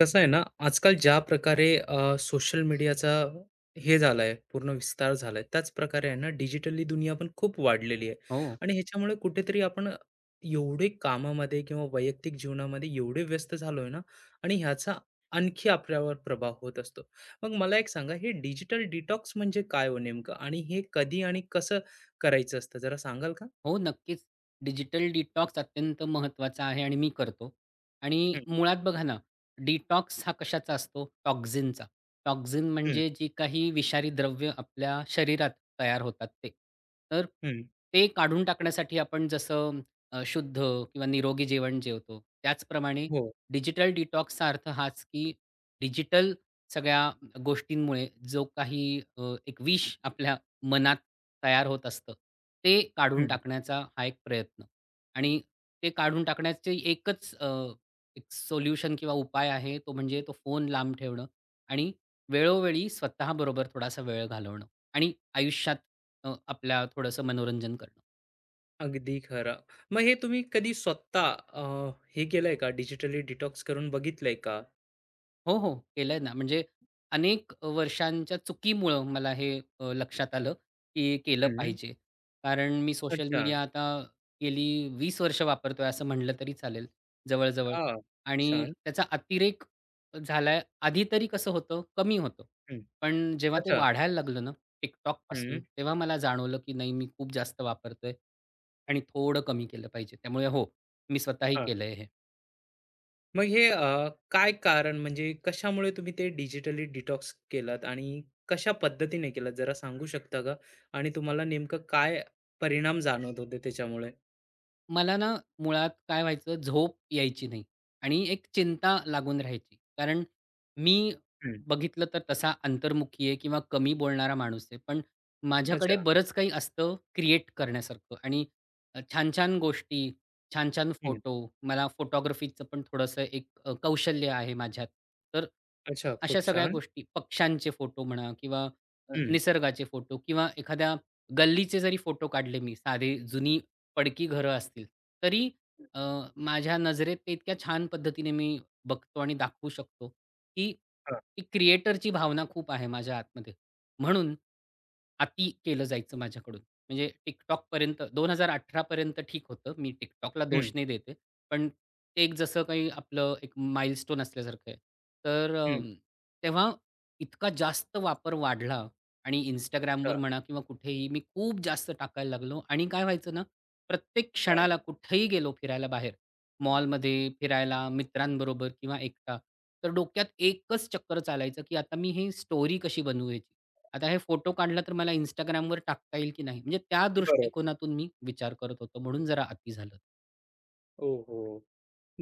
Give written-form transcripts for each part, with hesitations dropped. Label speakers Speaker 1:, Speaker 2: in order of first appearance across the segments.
Speaker 1: कसं आहे ना, आजकाल ज्या प्रकारे सोशल मीडियाचा पूर्ण विस्तार झालाय, त्याच प्रकारे आहे ना, डिजिटली दुनिया पण खूप वाढलेली आहे
Speaker 2: हो,
Speaker 1: आणि ह्याच्यामुळे कुठेतरी आपण एवढे कामामध्ये किंवा वैयक्तिक जीवनामध्ये एवढे व्यस्त झालोय ना आणि ह्याचा आणखी आपल्यावर प्रभाव होत असतो. मग मला एक सांगा, हे डिजिटल डिटॉक्स म्हणजे काय हो नेमकं? आणि हे कधी आणि कसं करायचं असतं? जरा सांगाल का?
Speaker 2: हो, नक्कीच. डिजिटल डिटॉक्स अत्यंत महत्त्वाचा आहे आणि मी करतो. आणि
Speaker 1: हं,
Speaker 2: मुळात बघा ना, डिटॉक्स हा कशाचा असतो? टॉक्झिनचा. टॉक्झिन
Speaker 1: हं,
Speaker 2: म्हणजे जी काही विषारी द्रव्य आपल्या शरीरात तयार होतात ते. तर
Speaker 1: हं.
Speaker 2: ते काढून टाकण्यासाठी आपण जसं शुद्ध किंवा निरोगी जेवण जेवतो, त्याचप्रमाणे
Speaker 1: हो.
Speaker 2: डिजिटल डिटॉक्सचा अर्थ हाच, की डिजिटल सगळ्या गोष्टींमुळे जो काही एक विष आपल्या मनात तयार होत असतं, ते काढून टाकण्याचा हा एक प्रयत्न आणि ते काढून टाकण्याचे एकच एक सोल्युशन किंवा उपाय आहे, तो म्हणजे तो फोन लांब ठेवणं आणि वेळोवेळी स्वतःबरोबर थोडासा वेळ घालवणं आणि आयुष्यात आपल्या थोडंसं मनोरंजन करणं.
Speaker 1: अगदी खरं. मग हे तुम्ही कधी स्वतः हे केलंय का डिजिटली डिटॉक्स करून बघितलंय का?
Speaker 2: हो, हो. केलंय ना. म्हणजे अनेक वर्षांच्या चुकीमुळं मला हे लक्षात आलं, की केलं
Speaker 1: हं.
Speaker 2: पाहिजे. कारण मी सोशल
Speaker 1: अच्छा.
Speaker 2: मीडिया आता गेली 20 वर्ष वापरतोय असं म्हटलं तरी चालेल जवळ-जवळ
Speaker 1: आ,
Speaker 2: आणि
Speaker 1: छान.
Speaker 2: त्याचा अतिरेक झालाय. आधी तरी कसं होतं, कमी होतं.
Speaker 1: हं.
Speaker 2: पण जेव्हा ते
Speaker 1: अच्छा.
Speaker 2: वाढायला लागलं ना
Speaker 1: हं.
Speaker 2: TikTokपासून, तेव्हा मला जाणवलं, की नाही मी खूप जास्त वापरतोय आणि थोडं कमी केलं पाहिजे. त्यामुळे हो, मी स्वतःही
Speaker 1: हां.
Speaker 2: केलंय हे.
Speaker 1: मग हे काय कारण म्हणजे कशामुळे तुम्ही ते डिजिटली डिटॉक्स केलात आणि कशा पद्धतीने केलात जरा सांगू शकता का? आणि तुम्हाला नेमकं काय परिणाम जाणवत होते त्याच्यामुळे?
Speaker 2: मला ना मुळात काय व्हायचं झोप यायची नाही आणि एक चिंता लागून राहायची. कारण मी
Speaker 1: हं.
Speaker 2: बघितलं तर तसा अंतर्मुखी आहे किंवा कमी बोलणारा माणूस आहे. पण माझ्याकडे
Speaker 1: अच्छा.
Speaker 2: बरंच काही असतं क्रिएट करण्यासारखं आणि छान-छान गोष्टी, छान-छान
Speaker 1: हं.
Speaker 2: फोटो. मला फोटोग्राफीचं पण थोडंसं एक कौशल्य आहे माझ्यात. तर
Speaker 1: अच्छा. खूप
Speaker 2: अशा सगळ्या
Speaker 1: छान.
Speaker 2: गोष्टी पक्ष्यांचे फोटो म्हणा किंवा
Speaker 1: हं.
Speaker 2: निसर्गाचे फोटो किंवा एखाद्या गल्लीचे जरी फोटो काढले मी साधे जुनी पडकी घरं असतील. तरी अ, माझ्या नजरेत ते इतक्या छान पद्धतीने मी बघतो आणि दाखवू शकतो, की
Speaker 1: हां.
Speaker 2: ती क्रिएटरची भावना खूप आहे माझ्या आतमध्ये. म्हणून अती केलं जायचं माझ्याकडून. म्हणजे TikTokपर्यंत 2018 पर्यंत ठीक होतं. मी TikTokला दोष
Speaker 1: हं.
Speaker 2: नाही देते. पण ते एक जसं काही आपलं एक माईलस्टोन असल्यासारखं आहे. तर अ,
Speaker 1: हं.
Speaker 2: तेव्हा इतका जास्त वापर वाढला आणि Instagramवर
Speaker 1: अच्छा.
Speaker 2: म्हणा किंवा कुठेही मी खूप जास्त टाकायला लागलो आणि काय व्हायचं ना, प्रत्येक
Speaker 1: काय?
Speaker 2: क्षणाला कुठेही गेलो फिरायला बाहेर, मॉलमध्ये फिरायला, मित्रांबरोबर किंवा एकटा, तर डोक्यात एकच चक्कर चालायचं, की आता मी ही स्टोरी कशी बनवू याची? आता हे फोटो काढला तर मला Instagramवर टाकता येईल की नाही? म्हणजे त्या
Speaker 1: बरं.
Speaker 2: दृष्टिकोनातून मी विचार करत होतो, म्हणून जरा अति झालं.
Speaker 1: ओहो!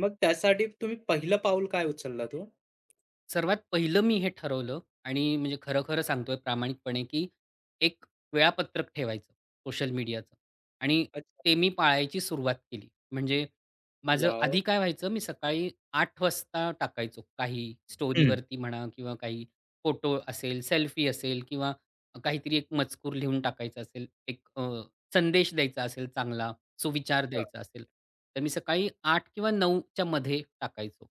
Speaker 1: मग त्यासाठी तुम्ही पहिलं पाऊल काय उचललात ओ?
Speaker 2: सर्वात पहिलं मी हे ठरवलं आणि म्हणजे खरं सांगतोय प्रामाणिकपणे, की एक वेळापत्रक ठेवायचं सोशल मीडियाचं आणि
Speaker 1: अच्छा.
Speaker 2: ते मी पाळायची सुरुवात केली. म्हणजे माझं
Speaker 1: वॉव!
Speaker 2: आधी काय व्हायचं, मी सकाळी 8 वाजता टाकायचो काही
Speaker 1: हं.
Speaker 2: स्टोरीवरती म्हणा किंवा काही फोटो असेल, सेल्फी असेल किंवा काहीतरी एक मजकूर लिहून टाकायचा असेल, एक संदेश द्यायचा असेल चांगला, सुविचार
Speaker 1: हां.
Speaker 2: द्यायचा असेल, तर मी सकाळी 8:00 किंवा 9:00 मध्ये टाकायचो.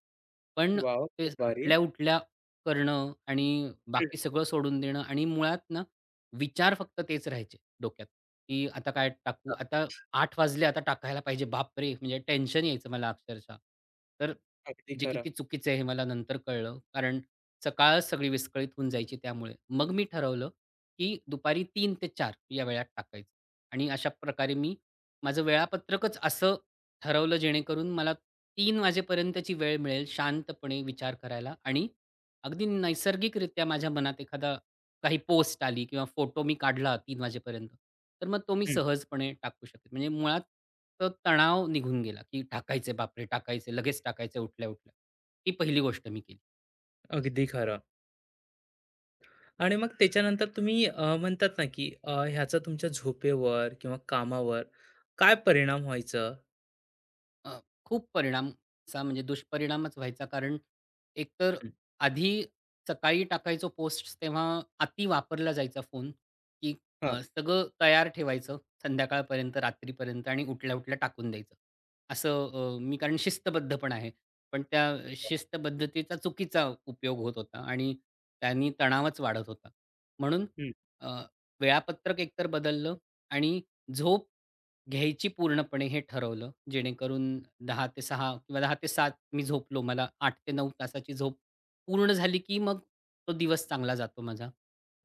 Speaker 2: पण
Speaker 1: वॉव!
Speaker 2: ते
Speaker 1: खूप भारी.
Speaker 2: उठल्या-उठल्या करणं आणि
Speaker 1: हं.
Speaker 2: बाकी सगळं सोडून देणं आणि मुळात ना, विचार फक्त तेच राहायचे डोक्यात, की आता काय टाकू?
Speaker 1: हां.
Speaker 2: आता 8 वाजले, आता टाकायला पाहिजे. बापरे! म्हणजे टेन्शन यायचं मला अक्षरशः. तर
Speaker 1: अगदी
Speaker 2: जे
Speaker 1: खरं.
Speaker 2: किती चुकीचं आहे हे मला नंतर कळलं. कारण सकाळच सगळी विस्कळीत होऊन जायची त्यामुळे. मग मी ठरवलं, की दुपारी 3 ते 4 या वेळात टाकायचं आणि अशा प्रकारे मी माझं वेळापत्रकच असं ठरवलं जेणेकरून मला 3 वाजेपर्यंतची वेळ मिळेल शांतपणे विचार करायला आणि अगदी नैसर्गिकरित्या माझ्या मनात एखादा काही पोस्ट आली किंवा फोटो मी काढला 3 वाजेपर्यंत, तर मग तो मी
Speaker 1: हं.
Speaker 2: सहजपणे टाकू शकेल. म्हणजे मुळात तो तणाव निघून गेला, की टाकायचे, बापरे! टाकायचे, लगेच टाकायचे उठल्या-उठल्या. ही पहिली गोष्ट मी केली.
Speaker 1: अगदी खरं. आणि मग त्याच्यानंतर तुम्ही म्हणतात ना, की ह्याचा तुमच्या झोपेवर किंवा कामावर काय परिणाम व्हायचं?
Speaker 2: अ, खूप परिणामचा म्हणजे दुष्परिणामच व्हायचा. कारण एकतर
Speaker 1: हं.
Speaker 2: आधी सकाळी टाकायचो पोस्ट तेव्हा अति वापरला जायचा फोन, की
Speaker 1: हां.
Speaker 2: सगळं तयार ठेवायचं संध्याकाळपर्यंत, रात्रीपर्यंत आणि उठल्या-उठल्या टाकून द्यायचं. असं मी कारण शिस्तबद्ध पण आहे. पण त्या शिस्तबद्धतेचा चुकीचा उपयोग होत होता आणि त्यांनी तणावच वाढत होता. म्हणून
Speaker 1: हं.
Speaker 2: अ, वेळापत्रक एकतर बदललं आणि झोप घ्यायची पूर्णपणे हे ठरवलं, जेणेकरून 10 ते 6 किंवा 10 ते 7 मी झोपलो. मला 8 ते 9 तासाची झोप पूर्ण झाली, की मग तो दिवस चांगला जातो माझा.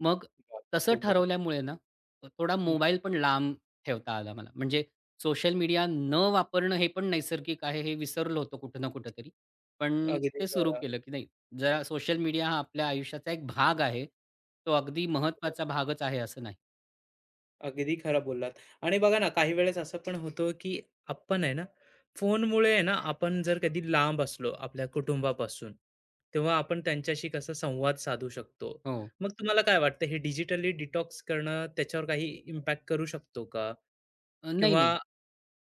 Speaker 2: मग
Speaker 1: वाह!
Speaker 2: तसं
Speaker 1: खूप भारी.
Speaker 2: ठरवल्यामुळे ना, थोडा
Speaker 1: हं.
Speaker 2: मोबाईल पण लांब ठेवता आला मला. म्हणजे सोशल मीडिया न वापरणं हे पण नैसर्गिक आहे, हे विसरलो होतो कुठं ना कुठेतरी. पण
Speaker 1: अगदी
Speaker 2: ते सुरू
Speaker 1: खरं.
Speaker 2: केलं, की नाही जरा सोशल मीडिया हा आपल्या आयुष्याचा एक भाग आहे. तो अगदी महत्त्वाचा भागच आहे असं नाही.
Speaker 1: अगदी खरं बोललात. आणि बघा ना, काही वेळेस असं पण होतं, की आपण आहे ना, फोनमुळे आहे ना, आपण जर कधी लांब असलो आपल्या कुटुंबापासून, तेव्हा आपण त्यांच्याशी कसा संवाद साधू शकतो.
Speaker 2: हो.
Speaker 1: मग तुम्हाला काय वाटतं, हे डिजिटली डिटॉक्स करणं त्याच्यावर काही इम्पॅक्ट करू शकतो का?
Speaker 2: नाही,
Speaker 1: किंवा
Speaker 2: नाही.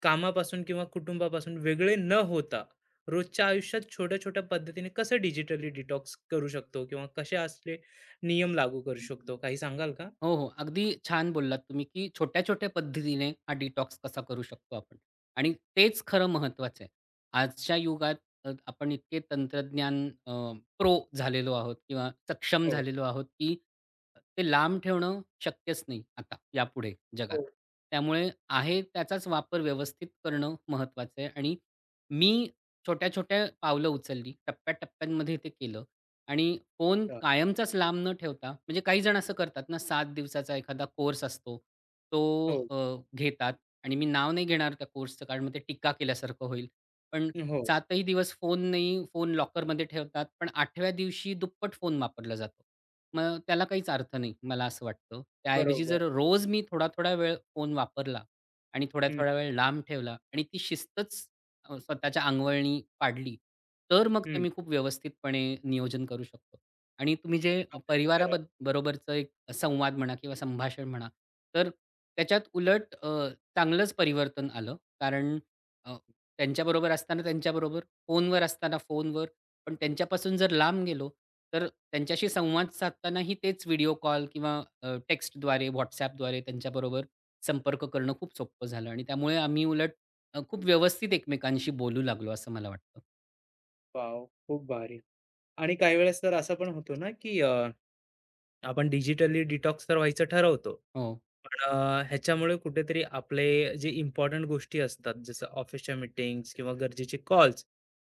Speaker 1: कामापासून किंवा कुटुंबापासून वेगळे न होता, रोजच्या आयुष्यात छोट्या-छोट्या पद्धतीने कसं डिजिटली डिटॉक्स करू शकतो? किंवा कसे असले नियम लागू करू शकतो? काही सांगाल का?
Speaker 2: हो, हो. अगदी छान बोललात तुम्ही, की छोट्या-छोट्या पद्धतीने हा डिटॉक्स कसा करू शकतो आपण आणि तेच खरं महत्त्वाचं आहे. आजच्या युगात आपण इतके तंत्रज्ञान प्रो झालेलो आहोत किंवा सक्षम
Speaker 1: हो,
Speaker 2: झालेलो आहोत, की ते लांब ठेवणं शक्यच नाही आता यापुढे
Speaker 1: हो,
Speaker 2: जगात. त्यामुळे आहे त्याचाच वापर व्यवस्थित करणं महत्त्वाचं आहे आणि मी छोट्या-छोट्या पावलं उचलली, टप्प्या ते केलं. आणि फोन
Speaker 1: अ,
Speaker 2: कायमचाच लांब न ठेवता म्हणजे काही जण असं करतात ना 7 दिवसाचा एखादा कोर्स असतो. तो
Speaker 1: हो.
Speaker 2: अ, घेतात आणि मी नाव नाही घेणार त्या कोर्सचं कारण मग ते टीका केल्यासारखं होईल. पण
Speaker 1: हो,
Speaker 2: 7 दिवस फोन नाही, फोन लॉकरमध्ये ठेवतात. पण 8व्या दिवशी दुप्पट फोन वापरला जातो. मग त्याला काहीच अर्थ नाही, मला असं वाटतं. त्याऐवजी
Speaker 1: बरोबर.
Speaker 2: जर रोज मी थोडा-थोडा वेळ फोन वापरला आणि
Speaker 1: हं,
Speaker 2: थोड्या-थोड्या वेळ लांब ठेवला आणि ती शिस्तच स्वतःच्या अंगवळणी पाडली, तर मग ते
Speaker 1: हं.
Speaker 2: मी खूप व्यवस्थितपणे नियोजन करू शकतो. आणि तुम्ही जे
Speaker 1: अगदी खरं.
Speaker 2: परिवाराबद बरोबरचं एक संवाद म्हणा किंवा संभाषण म्हणा, तर त्याच्यात उलट चांगलंच परिवर्तन आलं. कारण अ, त्यांच्याबरोबर असताना त्यांच्याबरोबर, फोनवर असताना फोनवर, पण त्यांच्यापासून जर लांब गेलो, तर त्यांच्याशी संवाद साधतानाही तेच व्हिडिओ कॉल किंवा टेक्स्टद्वारे, WhatsAppद्वारे त्यांच्याबरोबर संपर्क करणं खूप सोपं झालं आणि त्यामुळे आम्ही उलट खूप व्यवस्थित एकमेकांशी बोलू लागलो असं मला वाटतं.
Speaker 1: वॉव! खूप भारी. आणि काही वेळेस तर असं पण होतो ना, की आपण डिजिटली डिटॉक्स तर व्हायचं ठरवतो.
Speaker 2: हो.
Speaker 1: पण ह्याच्यामुळे कुठेतरी आपले जे इम्पोर्टंट गोष्टी असतात, जसं ऑफिसच्या मीटिंग्स किंवा गरजेचे कॉल्स,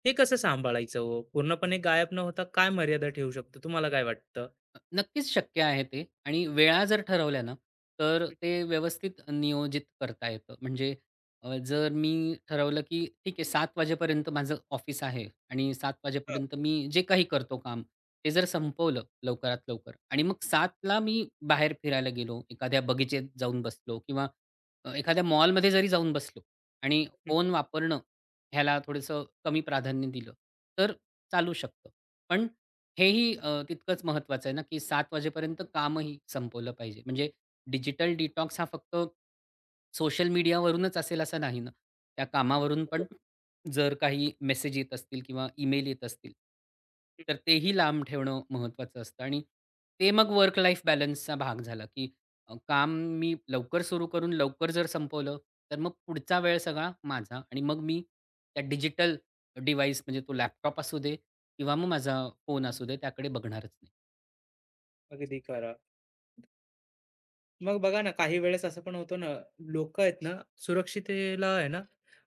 Speaker 1: हे कसं सांभाळायचं हो? पूर्णपणे गायब न होता काय मर्यादा ठेवू शकतो? तुम्हाला काय वाटतं?
Speaker 2: नक्कीच शक्य आहे ते आणि वेळा जर ठरवल्या ना, तर
Speaker 1: हं,
Speaker 2: ते व्यवस्थित नियोजित करता येतं. म्हणजे जर मी ठरवलं, की ठीक आहे 7:00 वाजेपर्यंत माझं ऑफिस आहे आणि 7:00
Speaker 1: हां.
Speaker 2: वाजेपर्यंत मी जे काही करतो काम, ते जर संपवलं लवकरात लवकर आणि मग 7:00ला मी बाहेर फिरायला गेलो, एखाद्या बगीचेत जाऊन बसलो किंवा एखाद्या मॉलमध्ये जरी जाऊन बसलो आणि फोन वापरणं ह्याला थोडंसं कमी प्राधान्य दिलं, तर चालू शकतं. पण हेही तितकंच महत्त्वाचं आहे ना, की 7 वाजेपर्यंत कामही संपवलं पाहिजे. म्हणजे डिजिटल डिटॉक्स हा फक्त सोशल मीडियावरूनच असेल असं नाही ना. त्या कामावरून पण
Speaker 1: हो.
Speaker 2: जर काही मेसेज येत असतील किंवा ईमेल येत असतील,
Speaker 1: हं.
Speaker 2: तर तेही लांब ठेवणं महत्त्वाचं असतं आणि ते मग वर्क लाईफ बॅलन्सचा भाग झाला, की काम मी लवकर सुरू करून लवकर जर संपवलं, तर मग पुढचा वेळ सगळा माझा आणि मग मी त्या डिजिटल डिव्हाइस म्हणजे तो लॅपटॉप असू दे किंवा मग माझा फोन असू दे त्याकडे बघणारच नाही.
Speaker 1: अगदी खरं. मग बघा ना, काही वेळेस असं पण होतं ना, लोकं आहेत ना, सुरक्षिततेला आहे ना,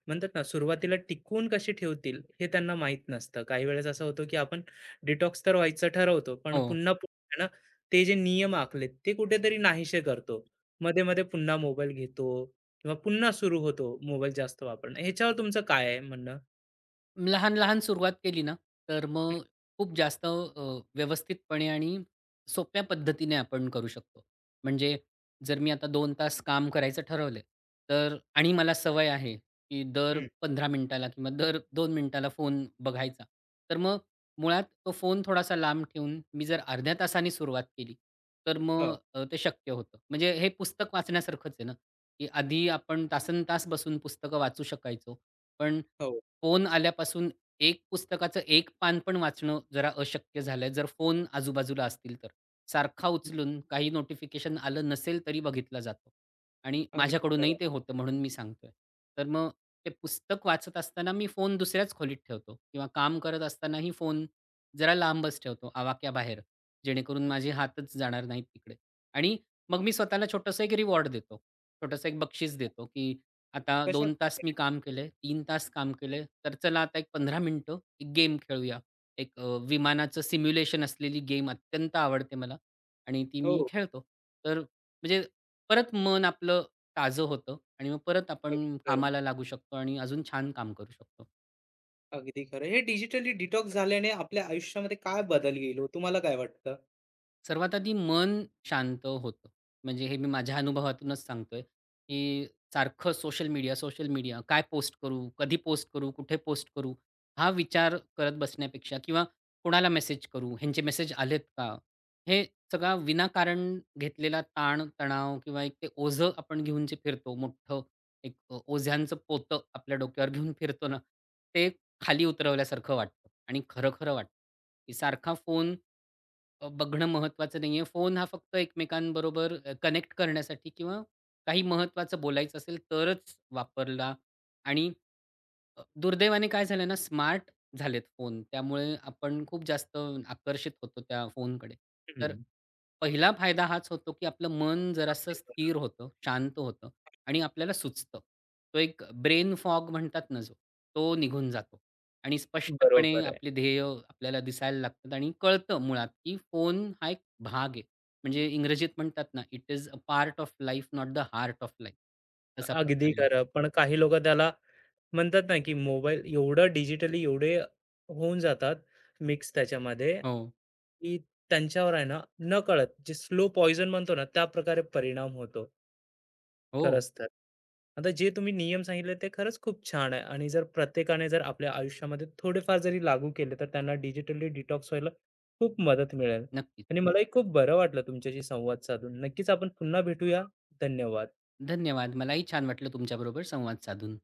Speaker 1: म्हणतात ना, सुरुवातीला टिकवून कशी ठेवतील हे त्यांना माहीत नसतं. काही वेळेस असं होतं, की आपण डिटॉक्स तर व्हायचं ठरवतो, पण
Speaker 2: हो,
Speaker 1: पुन्हा पुन्हा आहे ना, ते जे नियम आखलेत, ते कुठेतरी नाहीसे करतो. मध्ये-मध्ये पुन्हा मोबाईल घेतो किंवा पुन्हा सुरू होतो मोबाईल जास्त वापरणं. ह्याच्यावर तुमचं काय आहे म्हणणं?
Speaker 2: लहान-लहान सुरुवात केली ना, तर मग खूप जास्त व्यवस्थितपणे आणि सोप्या पद्धतीने आपण करू शकतो. म्हणजे जर मी आता 2 तास काम करायचं ठरवलं, तर आणि मला सवय आहे, की दर
Speaker 1: हं, हं.
Speaker 2: 15 मिनिटाला किंवा दर 2 मिनिटाला फोन बघायचा. तर मग मुळात तो फोन थोडासा लांब ठेवून मी जर अर्ध्या तासाने सुरुवात केली, तर मग
Speaker 1: हं,
Speaker 2: अ, ते शक्य होतं. म्हणजे हे पुस्तक वाचण्यासारखंच आहे ना, की आधी आपण तासनतास बसून पुस्तकं वाचू शकायचो. पण
Speaker 1: हो.
Speaker 2: फोन आल्यापासून एक पुस्तकाचं एक पान पण वाचणं जरा अशक्य झालंय, जर फोन आजूबाजूला असतील तर. सारखा उचलून काही नोटिफिकेशन आलं नसेल तरी बघितला जातो आणि
Speaker 1: अगदी
Speaker 2: माझ्याकडूनही
Speaker 1: खरं.
Speaker 2: ते होतं म्हणून मी सांगतोय. तर मग ते पुस्तक वाचत असताना मी फोन दुसऱ्याच खोलीत ठेवतो किंवा काम करत असतानाही फोन जरा लांबच ठेवतो आवाक्याबाहेर, जेणेकरून माझे हातच जाणार नाहीत तिकडे. आणि मग मी स्वतःला छोटंसं एक रिवॉर्ड देतो. छोटंसं एक बक्षीस देतो, की आता 2 तास
Speaker 1: कशाप्रकारे?
Speaker 2: मी काम केलंय, 3 तास काम केलंय, तर चला आता एक 15 मिनिटं एक गेम खेळूया. एक विमानाचं सिम्युलेशन असलेली गेम अत्यंत आवडते मला आणि ती मी
Speaker 1: हो,
Speaker 2: खेळतो. तर म्हणजे परत मन आपलं ताजं होतं आणि मग परत
Speaker 1: अगदी
Speaker 2: आपण
Speaker 1: खरं.
Speaker 2: कामाला लागू शकतो आणि अजून छान काम करू शकतो.
Speaker 1: अगदी खरं. हे डिजिटली डिटॉक्स झाल्याने आपल्या आयुष्यामध्ये काय बदल येईल हो? तुम्हाला काय वाटतं?
Speaker 2: सर्वात आधी मन शांत होतं. म्हणजे हे मी माझ्या अनुभवातूनच सांगतोय, की सारखं सोशल मीडिया काय पोस्ट करू? कधी पोस्ट करू? कुठे पोस्ट करू? हा विचार करत बसण्यापेक्षा किंवा कोणाला मेसेज करू? ह्यांचे मेसेज आलेत का? हे सगळा विनाकारण घेतलेला ताण, तणाव किंवा एक ते ओझं आपण घेऊन जे फिरतो मोठं एक ओझ्यांचं पोतं आपल्या डोक्यावर घेऊन फिरतो ना, ते खाली उतरवल्यासारखं वाटतं आणि खरं-खरं वाटतं, की सारखा फोन बघणं महत्त्वाचं नाहीये. फोन हा फक्त एकमेकांबरोबर कनेक्ट करण्यासाठी किंवा काही महत्त्वाचं बोलायचं असेल तरच वापरला आणि दुर्दैवाने काय झालं ना, स्मार्ट झालेत फोन. त्यामुळे आपण खूप जास्त आकर्षित होतो त्या फोनकडे.
Speaker 1: हं.
Speaker 2: तर पहिला फायदा हाच होतो, की आपलं मन जरासं
Speaker 1: अगदी खरं.
Speaker 2: स्थिर होतं, शांत होतं आणि आपल्याला सुचतं. तो एक ब्रेन फॉग म्हणतात ना जो, तो निघून जातो आणि स्पष्टपणे
Speaker 1: बरोबर आहे.
Speaker 2: आपले ध्येय आपल्याला दिसायला लागतात आणि कळतं मुळात, की फोन हा एक भाग आहे. म्हणजे इंग्रजीत म्हणतात ना, "it is a part of life, not the heart of life." तसा
Speaker 1: अगदी
Speaker 2: प्रकार
Speaker 1: खरं. पण काही लोकं त्याला म्हणतात ना, की मोबाईल एवढं डिजिटली एवढे होऊन जातात मिक्स त्याच्यामध्ये,
Speaker 2: हो.
Speaker 1: की त्यांच्यावर आहे ना, नकळत जे स्लो पॉइझन म्हणतो ना, त्याप्रकारे परिणाम होतो.
Speaker 2: हो.
Speaker 1: खरंच तर. आता जे तुम्ही नियम सांगितले ते खरंच खूप छान आहे आणि जर प्रत्येकाने जर आपल्या आयुष्यामध्ये थोडेफार जरी लागू केले तर त्यांना डिजिटली डिटॉक्स व्हायला खूप मदत मिळेल
Speaker 2: नक्कीच.
Speaker 1: आणि मलाही खूप बरं वाटलं तुमच्याशी संवाद साधून. नक्कीच आपण पुन्हा भेटूया. धन्यवाद.
Speaker 2: धन्यवाद. मलाही छान वाटलं तुमच्याबरोबर संवाद साधून.